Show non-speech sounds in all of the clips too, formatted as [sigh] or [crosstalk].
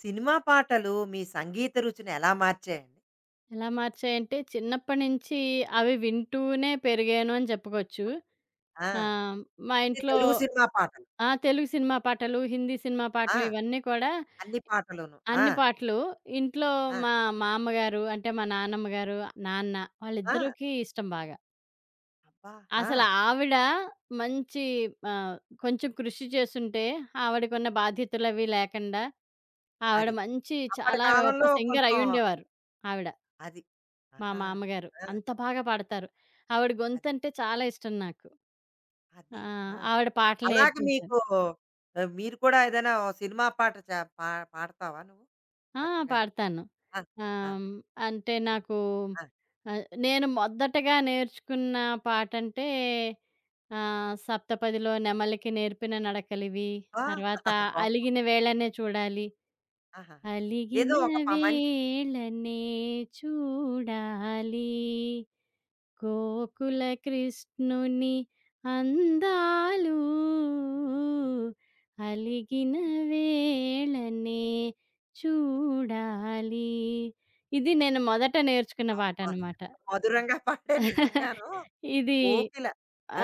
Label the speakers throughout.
Speaker 1: Cinema పాటలు మీ సంగీత రుచిని ఎలా మార్చాయండి?
Speaker 2: ఎలా మార్చాయంటే చిన్నప్పటి నుంచి అవి వింటూనే పెరిగాను అని చెప్పుకోవచ్చు.
Speaker 1: ఆ!
Speaker 2: ఆహ్, మా
Speaker 1: అంటే
Speaker 2: ఇంట్లో
Speaker 1: తెలుగు సినిమా పాటలు.
Speaker 2: ఆ! తెలుగు సినిమా పాటలు, హిందీ సినిమా పాటలు
Speaker 1: ఆ!
Speaker 2: ఇవన్నీ కూడా
Speaker 1: అన్ని పాటలును. ఆ!
Speaker 2: అన్ని పాటలు ఇంట్లో
Speaker 1: ఆ!
Speaker 2: మా మామ్మగారు అంటే మా నాన్నమ్మ గారు, నాన్న
Speaker 1: ఆ!
Speaker 2: వాళ్ళిద్దరికీ ఇష్టం బాగా.
Speaker 1: అబ్బా! ఆ!
Speaker 2: అసలు ఆవిడ మంచి ఆహ్, కొంచెం కృషి చేసుంటే ఆవిడకున్న బాధ్యతలవి లేకుండా ఆవిడ
Speaker 1: అది.
Speaker 2: మంచి
Speaker 1: అప్పటి
Speaker 2: చాలా గొప్ప
Speaker 1: కాలంలో
Speaker 2: సింగర్
Speaker 1: కొంచెం
Speaker 2: అయ్యుండేవారు ఆవిడ.
Speaker 1: అది.
Speaker 2: మా
Speaker 1: ఆహా!
Speaker 2: మామగారు.
Speaker 1: ఆ!
Speaker 2: అంత బాగా పాడతారు. ఆవిడ
Speaker 1: అది.
Speaker 2: గొంతంటే చాలా ఇష్టం నాకు. ఆ!
Speaker 1: అది. ఆ!
Speaker 2: ఆవిడ పాటలు
Speaker 1: అలాగే
Speaker 2: నేర్పించారు.
Speaker 1: మీకు మీరు కూడా ఏదైనా ఓ సినిమా పాట చ పా పాడతావా నువ్వు
Speaker 2: ఆ!
Speaker 1: చక్కగాను?
Speaker 2: పాడతాను.
Speaker 1: ఆ! ఆ!
Speaker 2: ఆహ్, అంటే
Speaker 1: చిన్
Speaker 2: నాకు
Speaker 1: ఆ!
Speaker 2: నేను మొదటగా నేర్చుకున్న పాటంటే 'సప్తపదిలో నెమలికి నేర్పిన నడకలివి',
Speaker 1: ఆ!
Speaker 2: తర్వాత
Speaker 1: [laughs] బా
Speaker 2: 'అలిగిన వేళనే చూడాలి',
Speaker 1: ఆహాహా! ఏదో
Speaker 2: 'అలిగిన
Speaker 1: ఒక ప మంచి
Speaker 2: వేళనే చూడాలి' గోకుల కృష్ణుని అందాలు అలిగిన వేళనే చూడాలి. ఇది నేను మొదట నేర్చుకున్న
Speaker 1: అబ్బా!
Speaker 2: పాటనమాట.
Speaker 1: ఎంత మధురంగా పాడారు నిజంగాను. ఆ!
Speaker 2: ఇది
Speaker 1: కోకిల.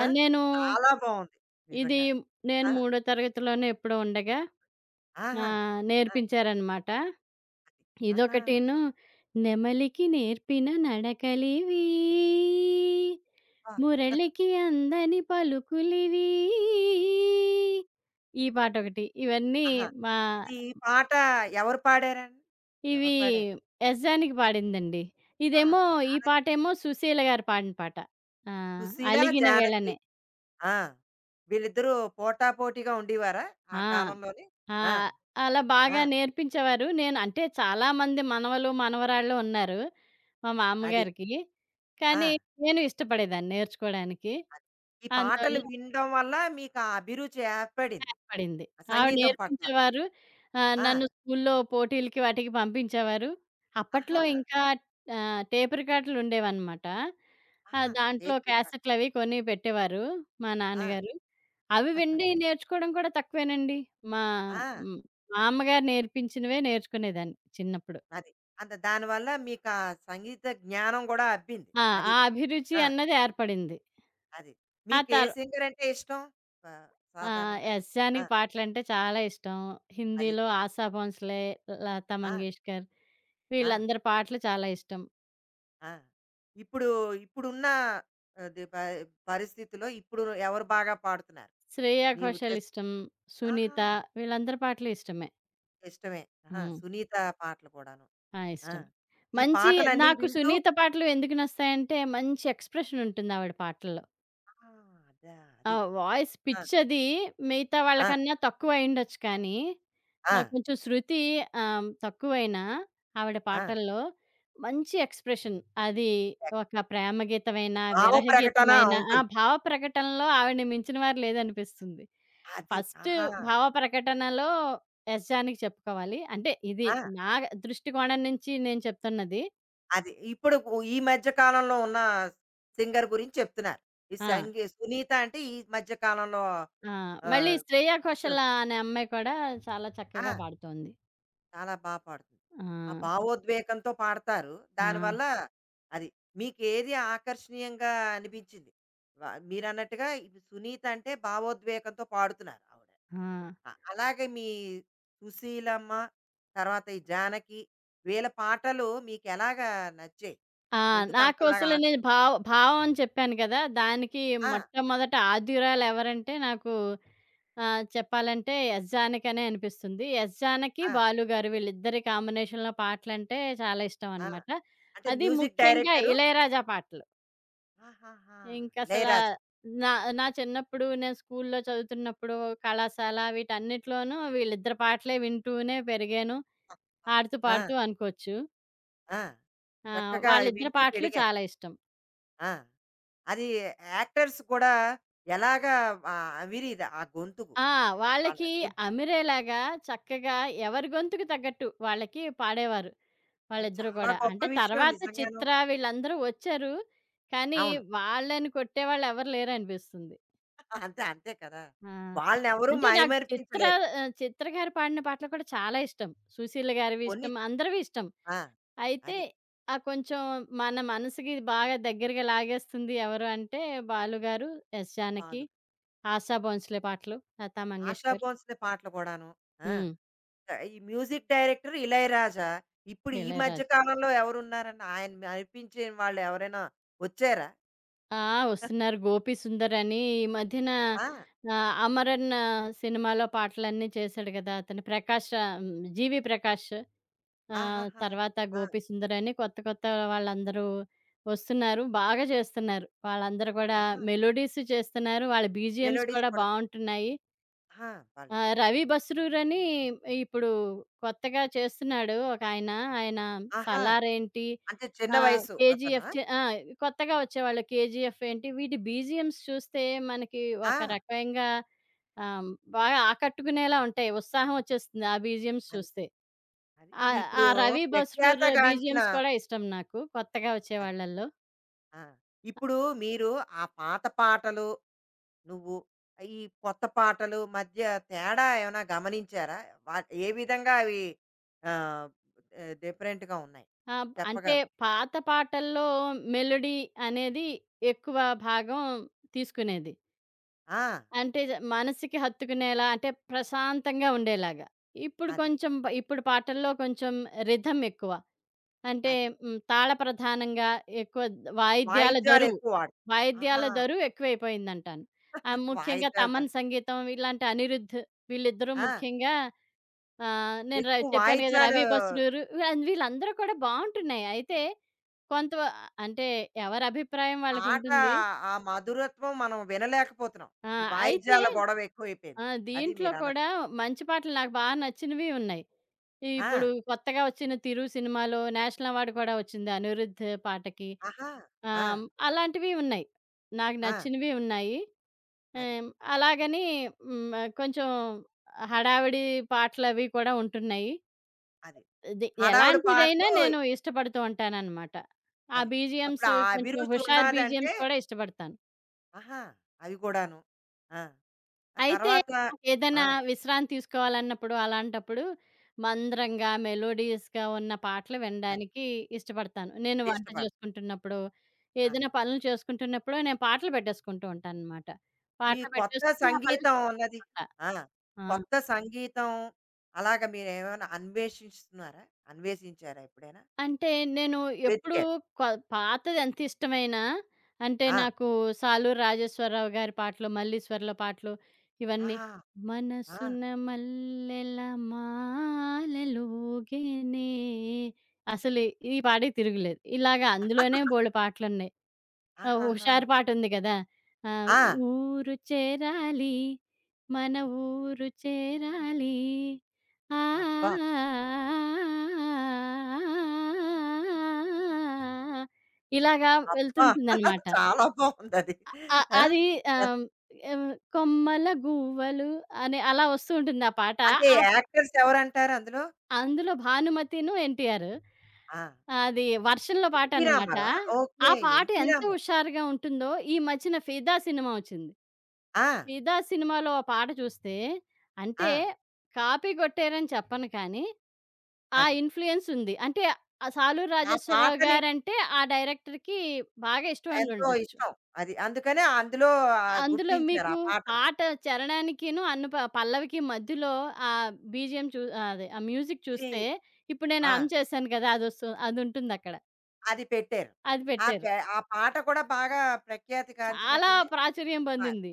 Speaker 1: ఆ!
Speaker 2: నేను
Speaker 1: చాలా బావుంది.
Speaker 2: ఇది
Speaker 1: నిజంగా.
Speaker 2: నేను
Speaker 1: ఆ!
Speaker 2: మూడో తరగతిలోనే ఎప్పుడో ఉండగా
Speaker 1: ఆహా! ఆ!
Speaker 2: నేర్పించారనమాట.
Speaker 1: అది. ఆహా!
Speaker 2: ఇదొకటీను, 'నెమలికి నేర్పిన నడకలివీ,
Speaker 1: అబ్బా!
Speaker 2: మురళికి అందని పలుకులివీ' ఈ పాటొకటి. ఇవన్నీ
Speaker 1: ఆహా!
Speaker 2: మా
Speaker 1: ఇది ఈ పాట ఎవరు పాడారండి? ఎవరు
Speaker 2: ఇవి
Speaker 1: పాడారు?
Speaker 2: 'ఎస్ జానకి' పాడిందండి.
Speaker 1: ఆ!
Speaker 2: ఇదేమో ఈ
Speaker 1: జానకి.
Speaker 2: పాటేమో 'సుశీల' గారు పాడిన పాట. ఆ!
Speaker 1: సుశీల,
Speaker 2: 'అలిగిన
Speaker 1: జానకి.
Speaker 2: వెళనే.'
Speaker 1: ఆ! వీళ్ళిద్దరూ పోటాపోటీగా ఉండేవారా ఆ
Speaker 2: ఆ!
Speaker 1: కాలంలోని?
Speaker 2: ఆ!
Speaker 1: ఆ!
Speaker 2: అలా
Speaker 1: ఆ!
Speaker 2: బాగా నేర్పించేవారు. నేను అంటే చాలామంది మనవలు, మనవరాళ్ళు ఉన్నారు మా
Speaker 1: అది.
Speaker 2: మామ్మగారికి.
Speaker 1: ఆ!
Speaker 2: కానీ నేను ఇష్టపడేదాన్ని నేర్చుకోడానికి.
Speaker 1: అది. ఈ పాటలు
Speaker 2: అందువల్ల
Speaker 1: వినడం వల్ల మీకు ఆ అభిరుచి ఏర్పడింది.
Speaker 2: కనపడింది.
Speaker 1: ఆ
Speaker 2: ఆవిడ
Speaker 1: సంగీతం పట్ల.
Speaker 2: నేర్పించేవారు.
Speaker 1: ఆ!
Speaker 2: నన్ను స్కూల్లో పోటీలకి వాటికి పంపించేవారు.
Speaker 1: ఆహా!
Speaker 2: అప్పట్లో ఇంకా టేప్ రికార్డులుండేవనమాట.
Speaker 1: ఆహా!
Speaker 2: దాంట్లో
Speaker 1: టేప్ రికార్డ్.
Speaker 2: క్యాసెట్‌లవి కొని పెట్టేవారు మా
Speaker 1: ఆ!
Speaker 2: నాన్నగారు. అవి విండి నేర్చుకోవడం కూడా తక్కువేనండి. మా
Speaker 1: ఆ!
Speaker 2: హ్మ్. మా అమ్మగారు నేర్పించినవే నేర్చుకునేదాన్ని చిన్నప్పుడు.
Speaker 1: అది. అంత దానివల్ల మీకా సంగీత జ్ఞానం గూడా అబ్బింది.
Speaker 2: ఆ!
Speaker 1: అది.
Speaker 2: ఆ అభిరుచి
Speaker 1: ఆ!
Speaker 2: అన్నది ఏర్పడింది.
Speaker 1: అది.
Speaker 2: ఆ
Speaker 1: మీకే
Speaker 2: తర్
Speaker 1: సింగరంటే ఇష్టం? ప సాధారణంగా?
Speaker 2: ఎస్
Speaker 1: ఆ!
Speaker 2: జానకి పాటలంటే చాలా ఇష్టం.
Speaker 1: అది.
Speaker 2: హిందీలో ఆశా భోంస్లే, లతా
Speaker 1: ఆ!
Speaker 2: మంగేష్కర్
Speaker 1: ఆ!
Speaker 2: వీళ్ళందరి పాటలు చాలా ఇష్టం.
Speaker 1: ఆ! ఇప్పుడు ఇప్పుడున్న అది ప పరిస్థితిలో ఇప్పుడు ఎవరు బాగా పాడుతున్నారు?
Speaker 2: 'శ్రేయ
Speaker 1: మీ
Speaker 2: ఘోషాల్'
Speaker 1: ఉద్దేశం
Speaker 2: ఇష్టం,
Speaker 1: ఆహా!
Speaker 2: 'సునీత' వీళ్ళందరి పాటలు ఇష్టమే.
Speaker 1: ఇష్టమే. ఆహా!
Speaker 2: హ్మ్.
Speaker 1: 'సునీత' పాటలు కూడాను.
Speaker 2: ఆ!
Speaker 1: ఆ!
Speaker 2: ఇష్టం.
Speaker 1: ఈ
Speaker 2: మంచి
Speaker 1: పాటలన్నీ
Speaker 2: నాకు
Speaker 1: వింటూ
Speaker 2: 'సునీత' పాటలు ఎందుకు నస్తాయంటే మంచి ఎక్స్‌ప్రెషన్ ఉంటుంది ఆవిడ పాటల్లో.
Speaker 1: ఆ! అదా!
Speaker 2: ఆ!
Speaker 1: అది.
Speaker 2: వాయిస్
Speaker 1: ఆ!
Speaker 2: పిచ్ అది మిగతా
Speaker 1: ఆ!
Speaker 2: వాళ్ళకన్నా తక్కువయ్యుండొచ్చు కానీ,
Speaker 1: ఆ!
Speaker 2: కొంచెం శృతి తక్కువైనా ఆవిడ
Speaker 1: ఆ!
Speaker 2: పాటల్లో మంచి ఎక్స్‌ప్రెషన్. అది ఒక ప్రేమ గీతమైన,
Speaker 1: భావ
Speaker 2: విరహ
Speaker 1: ప్రకటన
Speaker 2: గీతమైన ఆ!
Speaker 1: ఉంటుంది.
Speaker 2: భావ ప్రకటనలో ఆవిడని మించిన వారు లేదనిపిస్తుంది.
Speaker 1: అది.
Speaker 2: ఫస్ట్
Speaker 1: ఆహా!
Speaker 2: భావ ప్రకటనలో 'ఎస్. జానకి' చెప్పుకోవాలి. అంటే ఇది
Speaker 1: ఆ!
Speaker 2: నా దృష్టికోణం నుంచి నేను చెప్తున్నది.
Speaker 1: అది. ఇప్పుడు గు ఈ మధ్య కాలంలో ఉన్న సింగర్ గురించి చెప్తున్నారు. ఈ
Speaker 2: ఆ!
Speaker 1: సంగీ సునీత అంటే ఈ మధ్య కాలంలో
Speaker 2: ఆ! మళ్ళీ
Speaker 1: ఆహ్,
Speaker 2: శ్రేయ
Speaker 1: కుషో
Speaker 2: ఘోషాల్ అనే అమ్మాయి కూడా చాలా చక్కగా
Speaker 1: ఆ!
Speaker 2: పాడుతోంది.
Speaker 1: చాలా బా పాడుతుంది.
Speaker 2: ఆ!
Speaker 1: ఆ భావోద్వేగంతో పాడతారు.
Speaker 2: ఆ!
Speaker 1: దానివల్ల అది. మీకేది ఆకర్షణీయంగా అనిపించింది? వ మీరన్నట్టుగా ఇప్పుడు సునీత అంటే భావోద్వేగంతో పాడుతున్నారు ఆవిడ.
Speaker 2: ఆ!
Speaker 1: ఆ! అలాగే మీ 'సుశీలమ్మ' తర్వాత ఈ 'జానకి' వీళ్ళ పాటలు మీకెలాగా నచ్చాయి?
Speaker 2: ఆ!
Speaker 1: ఎందుకు
Speaker 2: నాకు
Speaker 1: అంతలాగా
Speaker 2: అసలు నేను
Speaker 1: ఆకర్ష్
Speaker 2: భావ భావం అని చెప్పాను కదా! దానికి
Speaker 1: ఆ!
Speaker 2: మొట్టమొదట ఆద్యురాలు ఎవరంటే నాకు చెప్పాలంటే 'ఎస్ జానకనే' అనిపిస్తుంది. 'ఎస్ జానకి',
Speaker 1: ఆ!
Speaker 2: 'బాలు' గారు వీళ్ళిద్దరి కాంబినేషన్‌లో పాటలంటే చాలా ఇష్టం
Speaker 1: ఆ!
Speaker 2: అనమాట.
Speaker 1: అంటే
Speaker 2: అది
Speaker 1: మ్యూజిక్
Speaker 2: ముఖ్యంగా
Speaker 1: డైరెక్టరు
Speaker 2: ఇళయరాజా పాటలు.
Speaker 1: ఆహాహా!
Speaker 2: ఇంకసల
Speaker 1: 'ఇళయరాజా'.
Speaker 2: నా నా చిన్నప్పుడు నేను స్కూల్లో చదువుతున్నప్పుడు, కళాశాల వీటన్నిటిలోనూ వీళ్ళిద్దరి పాటలే వింటూనే పెరిగాను. ఆడుతూ
Speaker 1: ఆ!
Speaker 2: పాడుతూ అనుకోవచ్చు.
Speaker 1: ఆ!
Speaker 2: ఆ!
Speaker 1: చక్కగా
Speaker 2: వాళ్ళిద్దరి
Speaker 1: వింటూ
Speaker 2: పాటలు
Speaker 1: పెరిగారు.
Speaker 2: చాలా ఇష్టం.
Speaker 1: ఆ! అది యాక్టర్స్ కూడా ఎలాగా అవిరీది ఆ గొంతుకు
Speaker 2: ఆ!
Speaker 1: వాళ్ళ
Speaker 2: వాళ్ళకి
Speaker 1: గొంతు.
Speaker 2: అమిరేలాగా చక్కగా ఎవరి గొంతుకు తగ్గట్టు వాళ్ళకి పాడేవారు.
Speaker 1: అది
Speaker 2: వాళ్ళిద్దరూ
Speaker 1: చాలా
Speaker 2: గూడా.
Speaker 1: గొప్ప
Speaker 2: అంటే
Speaker 1: విషయం
Speaker 2: తర్వాత
Speaker 1: నిజంగాను.
Speaker 2: చిత్ర వీళ్ళందరూ వచ్చారు. కానీ
Speaker 1: అవును.
Speaker 2: వాళ్ళని కొట్టేవాళ్ళెవరు లేరనిపిస్తుంది.
Speaker 1: అంతే, అంతే కదా!
Speaker 2: ఆ!
Speaker 1: వాళ్ళనెవరూ
Speaker 2: అంటే నాకు చిత్ర
Speaker 1: మైమరిపించలేరు.
Speaker 2: చిత్ర గారు పాడిన పాటలు కూడా చాలా ఇష్టం. సుశీల గారివి
Speaker 1: కొన్ని
Speaker 2: ఇష్టం. అందరివి ఇష్టం.
Speaker 1: ఆ!
Speaker 2: అయితే
Speaker 1: అది.
Speaker 2: ఆ కొంచెం మన మనసుకి బాగా దగ్గరగా లాగేస్తుంది ఎవరు అంటే బాలు గారు, ఎస్ జానకి,
Speaker 1: పాలు.
Speaker 2: ఆశా భోంస్లే పాటలు, లతా
Speaker 1: ఆషా
Speaker 2: మంగేష్కర్.
Speaker 1: భోంస్లే పాటలు కూడాను. ఆ!
Speaker 2: హ్మ్.
Speaker 1: ఈ మ్యూజిక్ డైరెక్టర్ 'ఇళయరాజా.' ఇప్పుడు ఈ మధ్య
Speaker 2: ఇళయరాజా.
Speaker 1: కాలంలో ఎవరున్నారని ఆయన నడిపించిన వాళ్ళు ఎవరైనా వచ్చారా?
Speaker 2: ఆ! వస్తున్నారు 'గోపి సుందర్' అని ఈ మధ్యన
Speaker 1: ఆ!
Speaker 2: 'అమరన్' ఆ, సినిమాలో పాటలన్నీ చేశాడు గదా! అతను. ప్రకాష్ 'జీవి ప్రకాష్'
Speaker 1: ఆహాహా!
Speaker 2: తర్వాత
Speaker 1: ఆ!
Speaker 2: 'గోపి సుందర్' అని కొత్త కొత్త వాళ్ళందరూ వస్తున్నారు. బాగా చేస్తున్నారు. వాళ్ళందరూ కూడా
Speaker 1: ఆహా!
Speaker 2: మెలోడీస్ చేస్తున్నారు. వాళ్ళ బీజీఎమ్స్
Speaker 1: మెలోడీస్
Speaker 2: కూడా
Speaker 1: కూడా.
Speaker 2: బావుంటున్నాయి.
Speaker 1: ఆహా! వాళ్ళు.
Speaker 2: ఆ! 'రవి బస్రూర్' అని ఇప్పుడు కొత్తగా చేస్తున్నాడు ఒకాయన. ఆయన
Speaker 1: ఆహా!
Speaker 2: 'సలారేంటి'
Speaker 1: అంటే చిన్న వయసు అతనా?
Speaker 2: 'కేజీఎఫ్' చే ఆ! కొత్తగా వచ్చేవాళ్ళు 'కేజీఎఫ్' ఏంటి వీటి బీజీఎమ్స్ చూస్తే మనకి
Speaker 1: ఆ!
Speaker 2: ఒక రకంగా ఆహ్, బాగా ఆకట్టుకునేలా ఉంటాయి. ఉత్సాహం వచ్చేస్తుంది ఆ బీజీఎమ్స్
Speaker 1: అది.
Speaker 2: చూస్తే.
Speaker 1: అది. ఇప్పుడు
Speaker 2: ఆ
Speaker 1: ఇప్పుడు
Speaker 2: 'రవి బస్రూర్'
Speaker 1: ప్రఖ్యాతగాంచిన
Speaker 2: బీజీఎమ్స్ కూడా ఇష్టం నాకు కొత్తగా
Speaker 1: అది.
Speaker 2: వచ్చేవాళ్ళల్లో.
Speaker 1: ఆ! ఇప్పుడు మీరు ఆ పాత పాటలు నువ్వు ఈ కొత్త పాటలు మధ్య తేడా ఏమైనా గమనించారా? వా ఏ విధంగా అవి ఆహ్, డిఫరెంట్‌గా ఉన్నాయి?
Speaker 2: ఆ! అంటే
Speaker 1: చెప్పగలరా?
Speaker 2: పాత పాటల్లో మెలోడీ అనేది ఎక్కువ భాగం తీసుకునేది.
Speaker 1: ఆ!
Speaker 2: అంటే జ మనసుకి హత్తుకునేలా అంటే ప్రశాంతంగా ఉండేలాగా. ఇప్పుడు
Speaker 1: అది.
Speaker 2: కొంచెం బ ఇప్పుడు పాటల్లో కొంచెం రిథమ్ ఎక్కువ. అంటే
Speaker 1: అది.
Speaker 2: తాళ ప్రధానంగా ఎక్కువ ద- వాయిద్యాల
Speaker 1: వాయిద్యాలు
Speaker 2: దరువు,
Speaker 1: ఎక్కువ వాడు ఆహా!
Speaker 2: వాయిద్యాల దరువు ఎక్కువైపోయిందంటాను. ముఖ్యంగా
Speaker 1: వాయిద్యాలు ద
Speaker 2: తమన్ సంగీతం ఇలాంటి అనిరుద్ వీళ్ళిద్దరూ
Speaker 1: ఆ!
Speaker 2: ముఖ్యంగా నేను ర
Speaker 1: ఎక్కువ
Speaker 2: చెప్పాను కదా!
Speaker 1: వాయిద్యాలు
Speaker 2: రవి బస్రూరు వీళ్ళం వీళ్ళందరూ కూడా బావుంటున్నాయి. అయితే కొంత అంటే ఎవరి అభిప్రాయం
Speaker 1: పాట
Speaker 2: వాళ్ళకుంటుంది.
Speaker 1: ఆ మధురత్వం మనం వినలేకపోతున్నాం.
Speaker 2: ఆ!
Speaker 1: ఈ
Speaker 2: అయితే
Speaker 1: వాయిద్యాల గొడవ
Speaker 2: ఆ!
Speaker 1: ఎక్కువైపోయింది. అది
Speaker 2: దీంట్లో
Speaker 1: మీరన్నది.
Speaker 2: కూడా మంచి పాటలు నాకు బాగా నచ్చినవి ఉన్నాయి. ఈ
Speaker 1: ఆ!
Speaker 2: ఇప్పుడు కొత్తగా వచ్చిన 'తిరు' సినిమాలో నేషనల్ అవార్డ్ కూడా వచ్చింది అనిరుద్ పాటకి.
Speaker 1: ఆహా! ఆ!
Speaker 2: అలాంటివి ఉన్నాయి. నాకు
Speaker 1: ఆ!
Speaker 2: నచ్చినవి ఉన్నాయి.
Speaker 1: అది.
Speaker 2: ఆహ్, అలాగని హ్మ్, కొంచెం హడావిడి పాటలవి కూడా ఉంటున్నాయి.
Speaker 1: అది.
Speaker 2: అది
Speaker 1: హడావుడి
Speaker 2: ఎలాంటిదైనా
Speaker 1: పాటలు
Speaker 2: నేను ఇష్టపడుతూ ఉంటాననమాట. ఆ
Speaker 1: అది. అప్పుడు
Speaker 2: బీజీఎమ్స్
Speaker 1: ఆ
Speaker 2: కొంచెం
Speaker 1: అభిరుచి
Speaker 2: హుషారు
Speaker 1: ఉన్నాదంటే
Speaker 2: బీజీఎమ్స్ కూడా ఇష్టపడతాను.
Speaker 1: ఆహా! అవి కూడాను. ఆ! ఆ
Speaker 2: అయితే
Speaker 1: తర్వాత ఆ!
Speaker 2: నాకేదైనా విశ్రాంతి తీసుకోవాలన్నప్పుడు, అలాంటప్పుడు మందరంగా, మెలోడియస్‌గా ఉన్న పాటలు
Speaker 1: అది.
Speaker 2: వినడానికి ఇష్టపడతాను. నేను వంట
Speaker 1: ఇష్టపడ
Speaker 2: చేసుకుంటున్నప్పుడో,
Speaker 1: ఆహా!
Speaker 2: ఏదైనా పనులు చేసుకుంటున్నప్పుడో నేను పాటలు పెట్టేసుకుంటూ ఉంటాననమాట.
Speaker 1: మీ
Speaker 2: పాటలు
Speaker 1: కొత్త
Speaker 2: పెట్టేసుకొని నా పనులు
Speaker 1: సంగీతం ఉన్నది
Speaker 2: చేసుకుంటా.
Speaker 1: ఆ!
Speaker 2: ఆ!
Speaker 1: కొత్త సంగీతం అలాగా మీరేమైనా అన్వేషిస్తున్నారా? అన్వేషించారా ఎప్పుడైనా?
Speaker 2: అంటే నేను ఎప్పుడూ
Speaker 1: వెతికారు.
Speaker 2: కొ పాతది ఎంత ఇష్టమైనా, అంటే
Speaker 1: ఆ!
Speaker 2: నాకు 'సాలూరు రాజేశ్వరరావు' గారి పాటలు, మల్లీశ్వర్ల పాటలు
Speaker 1: ఆ!
Speaker 2: ఇవన్నీ.
Speaker 1: ఆ!
Speaker 2: మనసున మల్లెల మాలెలూగెనే అసలు ఈ పాటకి తిరుగులేదు. ఇలాగ అందులోనే బోలెడు పాటలున్నాయి. ఆ!
Speaker 1: ఆహాహా!
Speaker 2: 'హుషారు' పాటుంది గదా! ఆ!
Speaker 1: ఆ!
Speaker 2: ఊరు చేరాలి మన ఊరు చేరాలి ఆ!
Speaker 1: అబ్బా!
Speaker 2: ఇలాగా
Speaker 1: అబ్బా! [laughs]
Speaker 2: వెళ్తుంటుందనమాట.
Speaker 1: చాలా బావుందది.
Speaker 2: అ
Speaker 1: ఆ!
Speaker 2: అది
Speaker 1: ఎన్
Speaker 2: ఆహ్, హ్మ్, కొమ్మల గువ్వలు అని అలా వస్తూ ఉంటుంది ఆ పాట.
Speaker 1: అంటే
Speaker 2: ఆ
Speaker 1: యాక్టర్స్ ఎవరంటారు అందులో?
Speaker 2: అందులో 'భానుమతిను' 'ఎన్టీఆర్.'
Speaker 1: ఆ!
Speaker 2: అది వర్షంలో
Speaker 1: 'ఎన్టీ
Speaker 2: పాటనమాట.
Speaker 1: రామారావా'? ఓకే.
Speaker 2: ఆ పాట
Speaker 1: 'ఎన్టీ
Speaker 2: ఎంత
Speaker 1: రామారావు.'
Speaker 2: హుషారుగా ఉంటుందో ఈ మధ్యన 'ఫిదా' సినిమా వచ్చింది.
Speaker 1: ఆ!
Speaker 2: 'ఫిదా' సినిమాలో ఆ పాట చూస్తే
Speaker 1: ఆ!
Speaker 2: అంటే కాపీ కొట్టారని చెప్పను కానీ, ఆ
Speaker 1: అది.
Speaker 2: ఇన్‌ఫ్లూయెన్స్ ఉంది. అంటే ఆ 'సాలూరు
Speaker 1: ఆ
Speaker 2: రాజేశ్వరరావు'
Speaker 1: పాటని
Speaker 2: గారంటే ఆ డైరెక్టర్‌కి బాగా ఇష్టం
Speaker 1: ఎంతో
Speaker 2: ఉండుండొచ్చు.
Speaker 1: ఇష్టం. అది. అందుకనే అందులో
Speaker 2: అందులో
Speaker 1: గుప్పించారు
Speaker 2: మీకు
Speaker 1: ఆ పాటని.
Speaker 2: పాట చరణానికిను, అన్ను ప పల్లవికి మధ్యలో ఆ బీజీఎం చూ ఆ అదే ఆ మ్యూజిక్
Speaker 1: ఇది
Speaker 2: చూస్తే, ఇప్పుడు నేను
Speaker 1: ఆ!
Speaker 2: 'హమ్' చేశాను కదా! అదొస్తు అదుంటుందక్కడ. అది ఉంటుంది అక్కడ,
Speaker 1: అది పెట్టారు.
Speaker 2: అది
Speaker 1: ఆ
Speaker 2: పెట్టారు.
Speaker 1: పె ఆ పాట కూడా బాగా ప్రఖ్యాతి
Speaker 2: చాలా
Speaker 1: గాంచినట్టుంది.
Speaker 2: ప్రాచుర్యం
Speaker 1: ఆ!
Speaker 2: పొందింది.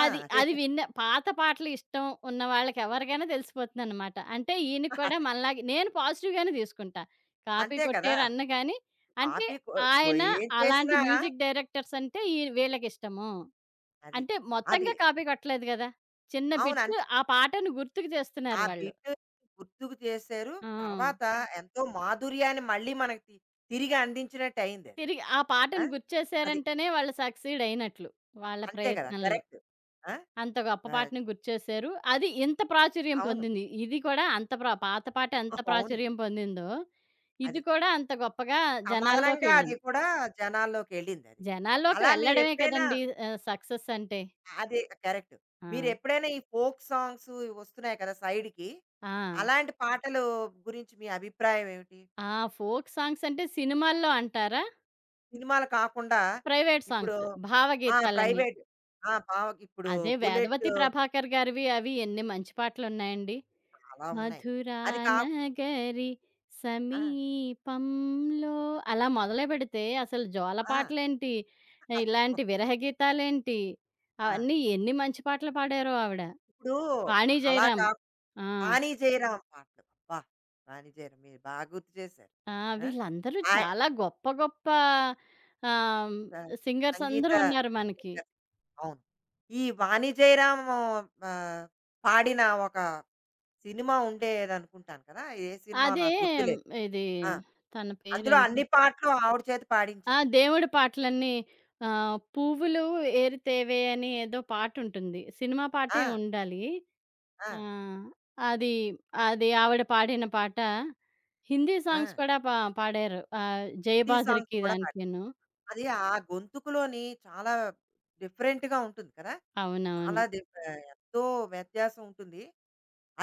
Speaker 1: ఆ!
Speaker 2: అది
Speaker 1: అదే.
Speaker 2: అది విన్న పాత పాటలు ఇష్టం ఉన్న వాళ్ళకి ఎవరికైనా తెలిసిపోతుందనమాట. అంటే ఈయనకి కూడా మనలాగే నేను పాజిటివ్ గానే తీసుకుంటా. కాపీ
Speaker 1: అంతే కదా!
Speaker 2: కొట్టారు అన్న గాని, అంటే
Speaker 1: కాపీ కొ కొ
Speaker 2: ఆయన
Speaker 1: ఏం
Speaker 2: అలాంటి
Speaker 1: చేసినా
Speaker 2: మ్యూజిక్ డైరెక్టర్స్ అంటే ఈ వీళ్ళకిష్టము.
Speaker 1: అది.
Speaker 2: అంటే
Speaker 1: అది.
Speaker 2: మొత్తంగా కాపీ కొట్టలేదు గదా! చిన్న
Speaker 1: అవును.
Speaker 2: బిట్టు
Speaker 1: అంతే.
Speaker 2: ఆ పాటను గుర్తుకు
Speaker 1: ఆ
Speaker 2: చేస్తున్నారు వాళ్ళు.
Speaker 1: బిట్ గుర్తుకు చేశారు.
Speaker 2: ఆ!
Speaker 1: తర్వాత ఎంతో మాధుర్యాన్ని మళ్ళీ మనకి తి తిరిగి అందించినట్టయిందది.
Speaker 2: తిరిగి ఆ
Speaker 1: ఆ!
Speaker 2: పాటను
Speaker 1: అది.
Speaker 2: గుర్తుచేసారంటేనే వాళ్ళు సక్సీడ్ అయినట్లు. వాళ్ళ
Speaker 1: అంతే కదా!
Speaker 2: ప్రయత్నంలో.
Speaker 1: కరెక్ట్. ఆ!
Speaker 2: అంత గొప్ప
Speaker 1: ఆ!
Speaker 2: పాటని గుర్తుచేశారు. అది ఇంత ప్రాచుర్యం
Speaker 1: అవును.
Speaker 2: పొందింది. ఇది కూడా అంత ప్ర పాత పాట ఎంత
Speaker 1: అవును.
Speaker 2: ప్రాచుర్యం పొందిందో, ఇది
Speaker 1: అది.
Speaker 2: కూడా అంత గొప్పగా జనాల్లోకి
Speaker 1: సమానంగా అది
Speaker 2: వెళ్ళింది.
Speaker 1: కూడా జనాల్లోకెళ్ళిందది.
Speaker 2: జనాల్లోకి
Speaker 1: అలా అవును.
Speaker 2: వెళ్ళడమే
Speaker 1: మీరెప్పుడైనా
Speaker 2: కదండీ సక్సెస్ అంటే.
Speaker 1: అది కరెక్ట్.
Speaker 2: ఆ!
Speaker 1: మీరెప్పుడైనా ఈ ఫోక్ సాంగ్స్ ఇవి వస్తున్నాయి కదా! సైడ్‌కి.
Speaker 2: ఆ!
Speaker 1: అలాంటి పాటలు గురించి మీ అభిప్రాయం ఏమిటి?
Speaker 2: ఆ! ఫోక్ సాంగ్స్ అంటే సినిమాల్లో అంటారా?
Speaker 1: సినిమాలు కాకుండా
Speaker 2: ప్రైవేట్
Speaker 1: ఇప్పుడు
Speaker 2: సాంగ్స్
Speaker 1: ఆ!
Speaker 2: భావగీతాలని.
Speaker 1: ప్రైవేట్ ఆ! భావ ఇప్పుడు
Speaker 2: అదే
Speaker 1: 'బుల్లెట్'
Speaker 2: 'వేదవతి ప్రభాకర్' గారివి అవి ఎన్ని మంచి పాటలున్నాయండి.
Speaker 1: చాలా ఉన్నాయి.
Speaker 2: 'మధురా
Speaker 1: అది కా
Speaker 2: నగరి
Speaker 1: ఆ!
Speaker 2: సమీపంలో' అలా మొదలుపెడితే అసలు జోల
Speaker 1: ఆ!
Speaker 2: పాటలేంటి, ఇలాంటి
Speaker 1: [laughs]
Speaker 2: విరహ గీతాలేంటి,
Speaker 1: ఆ!
Speaker 2: అవన్నీ ఎన్ని మంచి పాటలు పాడారో ఆవిడ.
Speaker 1: ఇప్పుడు
Speaker 2: 'వాణి
Speaker 1: అలా
Speaker 2: జయరాం.'
Speaker 1: కా
Speaker 2: ఆ!
Speaker 1: వాణి జయరాం పాటలు. అబ్బా! వాణి జయరాం మీరు బాగా గుర్తు చేశారు.
Speaker 2: ఆ!
Speaker 1: ఆ!
Speaker 2: వీళ్ళందరూ
Speaker 1: ఆయ
Speaker 2: చాలా గొప్ప గొప్ప ఆహ్,
Speaker 1: స
Speaker 2: సింగర్స్
Speaker 1: సంగీత
Speaker 2: అందరూ ఉన్నారు మనకి.
Speaker 1: టీచర్. అవును. ఈ వాణి జయరాం ఆహ్, పాడిన ఒక సినిమా ఉండేదనుకుంటాను కదా! ఏ సినిమా
Speaker 2: అదే
Speaker 1: నాకు
Speaker 2: మ్,
Speaker 1: గుర్తులేదు.
Speaker 2: ఇది
Speaker 1: ఆ!
Speaker 2: తన
Speaker 1: అందులో
Speaker 2: పేరేంటి?
Speaker 1: అన్ని పాటలు ఆవిడ చేత
Speaker 2: ఆ!
Speaker 1: పాడించారు.
Speaker 2: దేవుడి పాటలన్నీ 'పువ్వులు ఏరితేవే' అని ఏదో పాటుంటుంది. సినిమా
Speaker 1: ఆ!
Speaker 2: పాటే ఉండాలి.
Speaker 1: ఆ!
Speaker 2: ఆ! అది, అది ఆవిడ పాడిన పాట. హిందీ
Speaker 1: ఆ!
Speaker 2: సాంగ్స్ కూడా పా పాడారు.
Speaker 1: హిందీ సాంగ్స్
Speaker 2: 'జయబాద్రికి'
Speaker 1: కూడా పాడారు.
Speaker 2: దానికిను.
Speaker 1: అది ఆ గొంతుకులోని చాలా డిఫరెంట్‌గా ఉంటుంది కదా!
Speaker 2: అవునవును.
Speaker 1: చాలా డిఫ్ ఎంతో వ్యత్యాసం ఉంటుంది.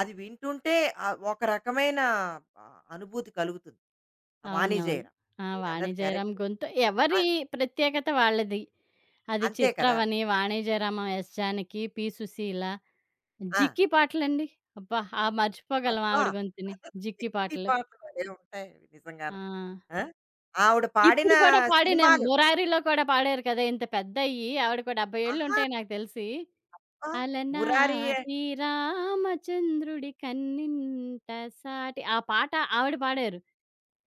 Speaker 1: అది వింటుంటే ఒక రకమైన అనుభూతి కలుగుతుంది. ఆ
Speaker 2: అవునవును.
Speaker 1: వాణిజ్యరం.
Speaker 2: ఆ! వాణి
Speaker 1: మీరన్నది
Speaker 2: జయరాం
Speaker 1: కరెక్ట్.
Speaker 2: గొంతు
Speaker 1: ఆ!
Speaker 2: ఎవరి ప్రత్యేకత వాళ్ళది. అది
Speaker 1: అంతే కదా!
Speaker 2: 'చిత్రవని', వాణి జయరాం, ఎస్ జానకి, పి సుశీల,
Speaker 1: ఆ!
Speaker 2: 'జిక్కి' పాటలండి. అబ్బా! ఆ మర్చిపోగలం
Speaker 1: అబ్బా!
Speaker 2: ఆవిడ గొంతుని. 'జిక్కి'
Speaker 1: ఈ
Speaker 2: పాటలు.
Speaker 1: పాటలు భలే ఉంటాయి
Speaker 2: ఆ!
Speaker 1: నిజంగాను. ఆ! ఆవిడ పాడిన
Speaker 2: ఇప్పుడు కూడా పాడిన
Speaker 1: సినిమాలు
Speaker 2: 'మురారిలో' కూడా పాడారు కదా! ఇంత పెద్దయ్యి. ఆవిడకి ఓ 70
Speaker 1: ఆహా!
Speaker 2: ఏళ్ళుంటాయి నాకు తెలిసి.
Speaker 1: ఆ! 'మురారి'
Speaker 2: అలనాటి రామచంద్రుడి కన్నింట సాటి ఆ పాట ఆవిడ పాడారు.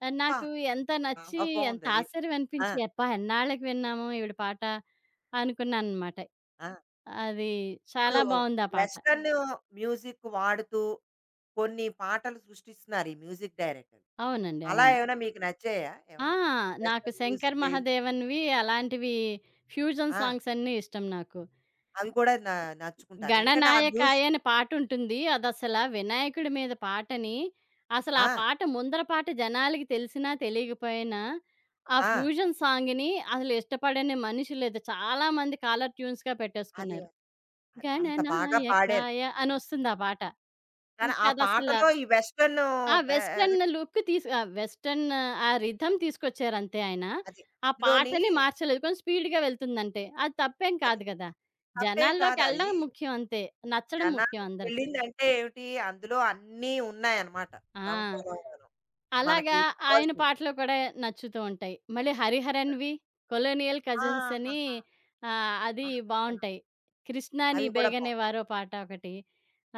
Speaker 1: అబ్బా!
Speaker 2: నాకు ఎంత నచ్చి,
Speaker 1: చాలా
Speaker 2: ఎంత
Speaker 1: బావుందది.
Speaker 2: ఆశ్చర్యం
Speaker 1: ఆ!
Speaker 2: అనిపించి, అబ్బా! ఎన్నాళ్ళకి విన్నాము ఈవిడ పాట అనుకున్నాననమాట.
Speaker 1: ఆ!
Speaker 2: అది
Speaker 1: ఇప్పుడు
Speaker 2: చాలా బావుంది ఆ పాట.
Speaker 1: వెస్టర్న్ మ్యూజిక్ వాడుతూ కొన్ని పాటలు సృష్టిస్తున్నారు ఈ మ్యూజిక్ డైరెక్టర్లు.
Speaker 2: అవునండి.
Speaker 1: అలా
Speaker 2: అవును.
Speaker 1: ఏమైనా మీకు నచ్చాయా
Speaker 2: ఆ!
Speaker 1: ఏమైనా?
Speaker 2: నాకు
Speaker 1: వెస్టర్న్
Speaker 2: శంకర్
Speaker 1: మ్యూజిక్
Speaker 2: మహాదేవన్‌వి అలాంటివి ఫ్యూజన్
Speaker 1: ఆ!
Speaker 2: సాంగ్స్ అన్నీ ఇష్టం నాకు.
Speaker 1: అవి కూడా నా నచ్చుకుంటాను. ఎందుకంటే ఆ
Speaker 2: గణనాయకాయ
Speaker 1: మ్యూజిక్
Speaker 2: అని పాటుంటుంది. అదసల వినాయకుడి మీద పాటని, అసలా
Speaker 1: ఆ!
Speaker 2: పాట ముందర పాట జనాలకి తెలిసినా, తెలియకపోయినా ఆ
Speaker 1: ఆ!
Speaker 2: ఫ్యూజన్ సాంగ్‌ని అసలు ఇష్టపడని మనిషి లేదు. చాలా మంది కాలర్ ట్యూన్స్‌గా
Speaker 1: అది
Speaker 2: పెట్టేసుకున్నారు.
Speaker 1: అది అంత బాగా పాడారు.
Speaker 2: గణనాయకాయ అనొస్తుంది ఆ పాట.
Speaker 1: కానీ ఆ
Speaker 2: ఇంకదసల
Speaker 1: పాటలో ఈ వెస్టర్న్
Speaker 2: ఆ!
Speaker 1: ఎ ఎ
Speaker 2: వెస్టర్న్ లుక్ తీసు ఆ! వెస్టర్న్ ఆ రిథమ్ తీసుకొచ్చారంతే ఆయన.
Speaker 1: అది
Speaker 2: ఆ
Speaker 1: అందులోని
Speaker 2: పాటని మార్చలేదు. కొంచెం స్పీడ్‌గా వెళ్తుందంతే. అది తప్పేం
Speaker 1: అది
Speaker 2: కాదు గదా!
Speaker 1: తప్పేం కాదది.
Speaker 2: జనాల్లోకెళ్ళడం ముఖ్యం అంతే. నచ్చడం ముఖ్యం అందరికి.
Speaker 1: జనాలకెళ్ళిందంటే ఏమిటి అందులో అన్నీ ఉన్నాయన్నమాట.
Speaker 2: ఆ!
Speaker 1: సమపాలంలోను మనకి
Speaker 2: అలాగా ఆయన
Speaker 1: కావాల్సినవి.
Speaker 2: పాటలు కూడా నచ్చుతూ ఉంటాయి. మళ్ళీ 'హరిహరన్‌వి', 'కొలోనియల్ కజిన్స్'
Speaker 1: ఆహా!
Speaker 2: అని అది
Speaker 1: ఆహాహా!
Speaker 2: బావుంటాయి. 'కృష్ణ నీ
Speaker 1: అవి కూడా బావుంటాయి.
Speaker 2: బేగనేవారో' పాట ఒకటి.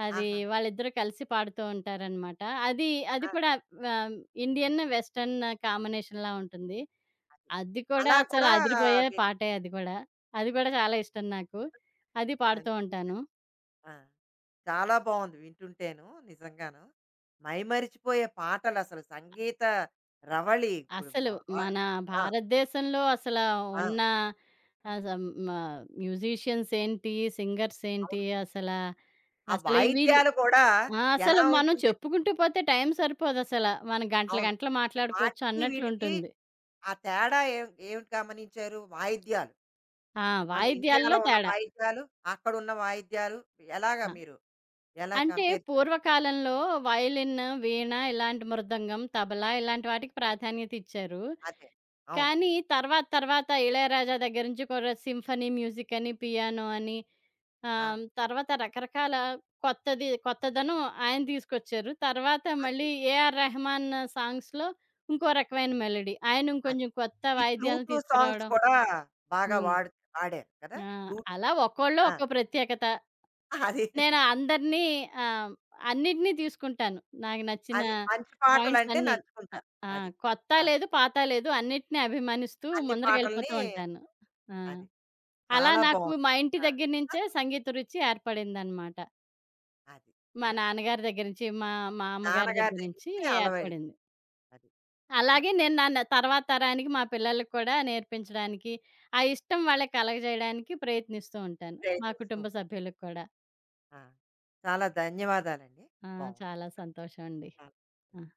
Speaker 2: అది
Speaker 1: ఆహా!
Speaker 2: వాళ్ళిద్దరూ కలిసి పాడుతూ ఉంటారనమాట. అది అది
Speaker 1: ఆ!
Speaker 2: కూడా ఆహ్, ఇండియన్, వెస్టర్న్ కాంబినేషన్‌లా ఉంటుంది.
Speaker 1: అది.
Speaker 2: అది కూడా
Speaker 1: అలా
Speaker 2: అసలు
Speaker 1: కూడా
Speaker 2: అదిరిపోయే
Speaker 1: మీరు
Speaker 2: పాటే అది కూడా. అది కూడా చాలా ఇష్టం నాకు. అది పాడుతూ
Speaker 1: అవి
Speaker 2: ఉంటాను.
Speaker 1: చూసారు. ఆ! చాలా బావుంది వింటుంటేను నిజంగాను. మైమరిచిపోయే పాటలు అసలు సంగీత రవళి ఇప్పుడు మ
Speaker 2: అసలు
Speaker 1: ఆ!
Speaker 2: మన
Speaker 1: ఆ!
Speaker 2: భారతదేశంలో అసల
Speaker 1: ఆ!
Speaker 2: ఉన్న ఆ! సం మా మ్యూజిషియన్స్ ఏంటి, సింగర్స్ ఏంటి
Speaker 1: అవును.
Speaker 2: అసలా,
Speaker 1: ఆ
Speaker 2: అసలు వీళ్ళు
Speaker 1: వాయిద్యాలు కూడా
Speaker 2: ఆ! అసలు
Speaker 1: ఎలా
Speaker 2: మనం
Speaker 1: ఉంటుంది?
Speaker 2: చెప్పుకుంటూ పోతే టైం సరిపోదసల. మనం గంటలు
Speaker 1: అవును.
Speaker 2: గంటలు మాట్లాడుకోవచ్చు
Speaker 1: వాటికి వీటికి
Speaker 2: అన్నట్లుంటుంది.
Speaker 1: ఆ తేడా ఏం ఏమిటి గమనించారు? వాయిద్యాలు.
Speaker 2: ఆ!
Speaker 1: మన ఇండియాలో
Speaker 2: వాయిద్యాల్లో
Speaker 1: ఉన్న
Speaker 2: తేడా.
Speaker 1: వాయిద్యాలు, అక్కడున్న వాయిద్యాలు ఎలాగా
Speaker 2: ఆ!
Speaker 1: మీరు ఎలా
Speaker 2: అంటే
Speaker 1: కంపేర్ చేస్తారు?
Speaker 2: పూర్వకాలంలో వయలిన్, వీణ ఇలాంటి మృదంగం, తబలా ఇలాంటి వాటికి ప్రాధాన్యత ఇచ్చారు.
Speaker 1: అదే. అవును.
Speaker 2: కానీ తర్వాత తర్వాత ఇళయరాజా దగ్గర నుంచి కూడా సింఫనీ మ్యూజిక్ అని, పియానో అని
Speaker 1: ఆ!
Speaker 2: తర్వాత రకరకాల కొత్తది కొత్తదనం ఆయన తీసుకొచ్చారు. తర్వాత మళ్ళీ
Speaker 1: అది.
Speaker 2: ఏఆర్ రెహమాన్ సాంగ్స్‌లో ఇంకో రకమైన మెలోడీ. ఆయన
Speaker 1: అది.
Speaker 2: ఇంకొంచెం కొత్త
Speaker 1: ఈ
Speaker 2: వాయిద్యాలను
Speaker 1: ఫ్లూటు సాంగ్స్
Speaker 2: తీసుకురావడం.
Speaker 1: కూడా బాగా
Speaker 2: హ్మ్.
Speaker 1: వాడు వాడారు కదా!
Speaker 2: ఆ!
Speaker 1: ఫ్లూట్స్.
Speaker 2: అలా ఒక్కోళ్ళు
Speaker 1: ఆ!
Speaker 2: ఒక్కో ప్రత్యేకత.
Speaker 1: అది.
Speaker 2: నేను అందరినీ ఆహ్, అన్నిటిని తీసుకుంటాను. నాకు నచ్చిన
Speaker 1: అది. మంచి
Speaker 2: పాయింట్స్
Speaker 1: పాటలంటే
Speaker 2: అన్నీ. అ
Speaker 1: నచ్చుకుంటారు.
Speaker 2: ఆ!
Speaker 1: అది.
Speaker 2: కొత్త
Speaker 1: ఆ!
Speaker 2: లేదు, పాత లేదు అన్నిటిని అభిమానిస్తూ
Speaker 1: అన్ని పాటల్ని
Speaker 2: ముందరకెళ్ళిపోతూ ఉంటాను. ఆ!
Speaker 1: అది.
Speaker 2: అలా
Speaker 1: చాలా
Speaker 2: నాకు
Speaker 1: బావుంది.
Speaker 2: మా ఇంటి
Speaker 1: ఆ!
Speaker 2: దగ్గర నుంచే సంగీత రుచి ఏర్పడిందనమాట.
Speaker 1: అది.
Speaker 2: మా
Speaker 1: ఆ!
Speaker 2: నాన్నగారి దగ్గర నుంచి, మా మా అమ్మగారి
Speaker 1: నాన్నగారి
Speaker 2: దగ్గర
Speaker 1: దగ్గర
Speaker 2: నుంచి
Speaker 1: నుంచి అలవడి
Speaker 2: ఏర్పడింది.
Speaker 1: అది. ఆ!
Speaker 2: అలాగే నేను నా న తర్వాత తరానికి మా పిల్లలకి కూడా నేర్పించడానికి, ఆ ఇష్టం వాళ్ళకి కలగజేయడానికి ప్రయత్నిస్తూ ఉంటాను. మా
Speaker 1: ప్రయత్నిస్తూ
Speaker 2: కుటుంబ సభ్యులకి కూడా.
Speaker 1: ఆ! చాలా ధన్యవాదాలండి.
Speaker 2: ఆ!
Speaker 1: బావుంది.
Speaker 2: చాలా సంతోషం అండి. ఆ!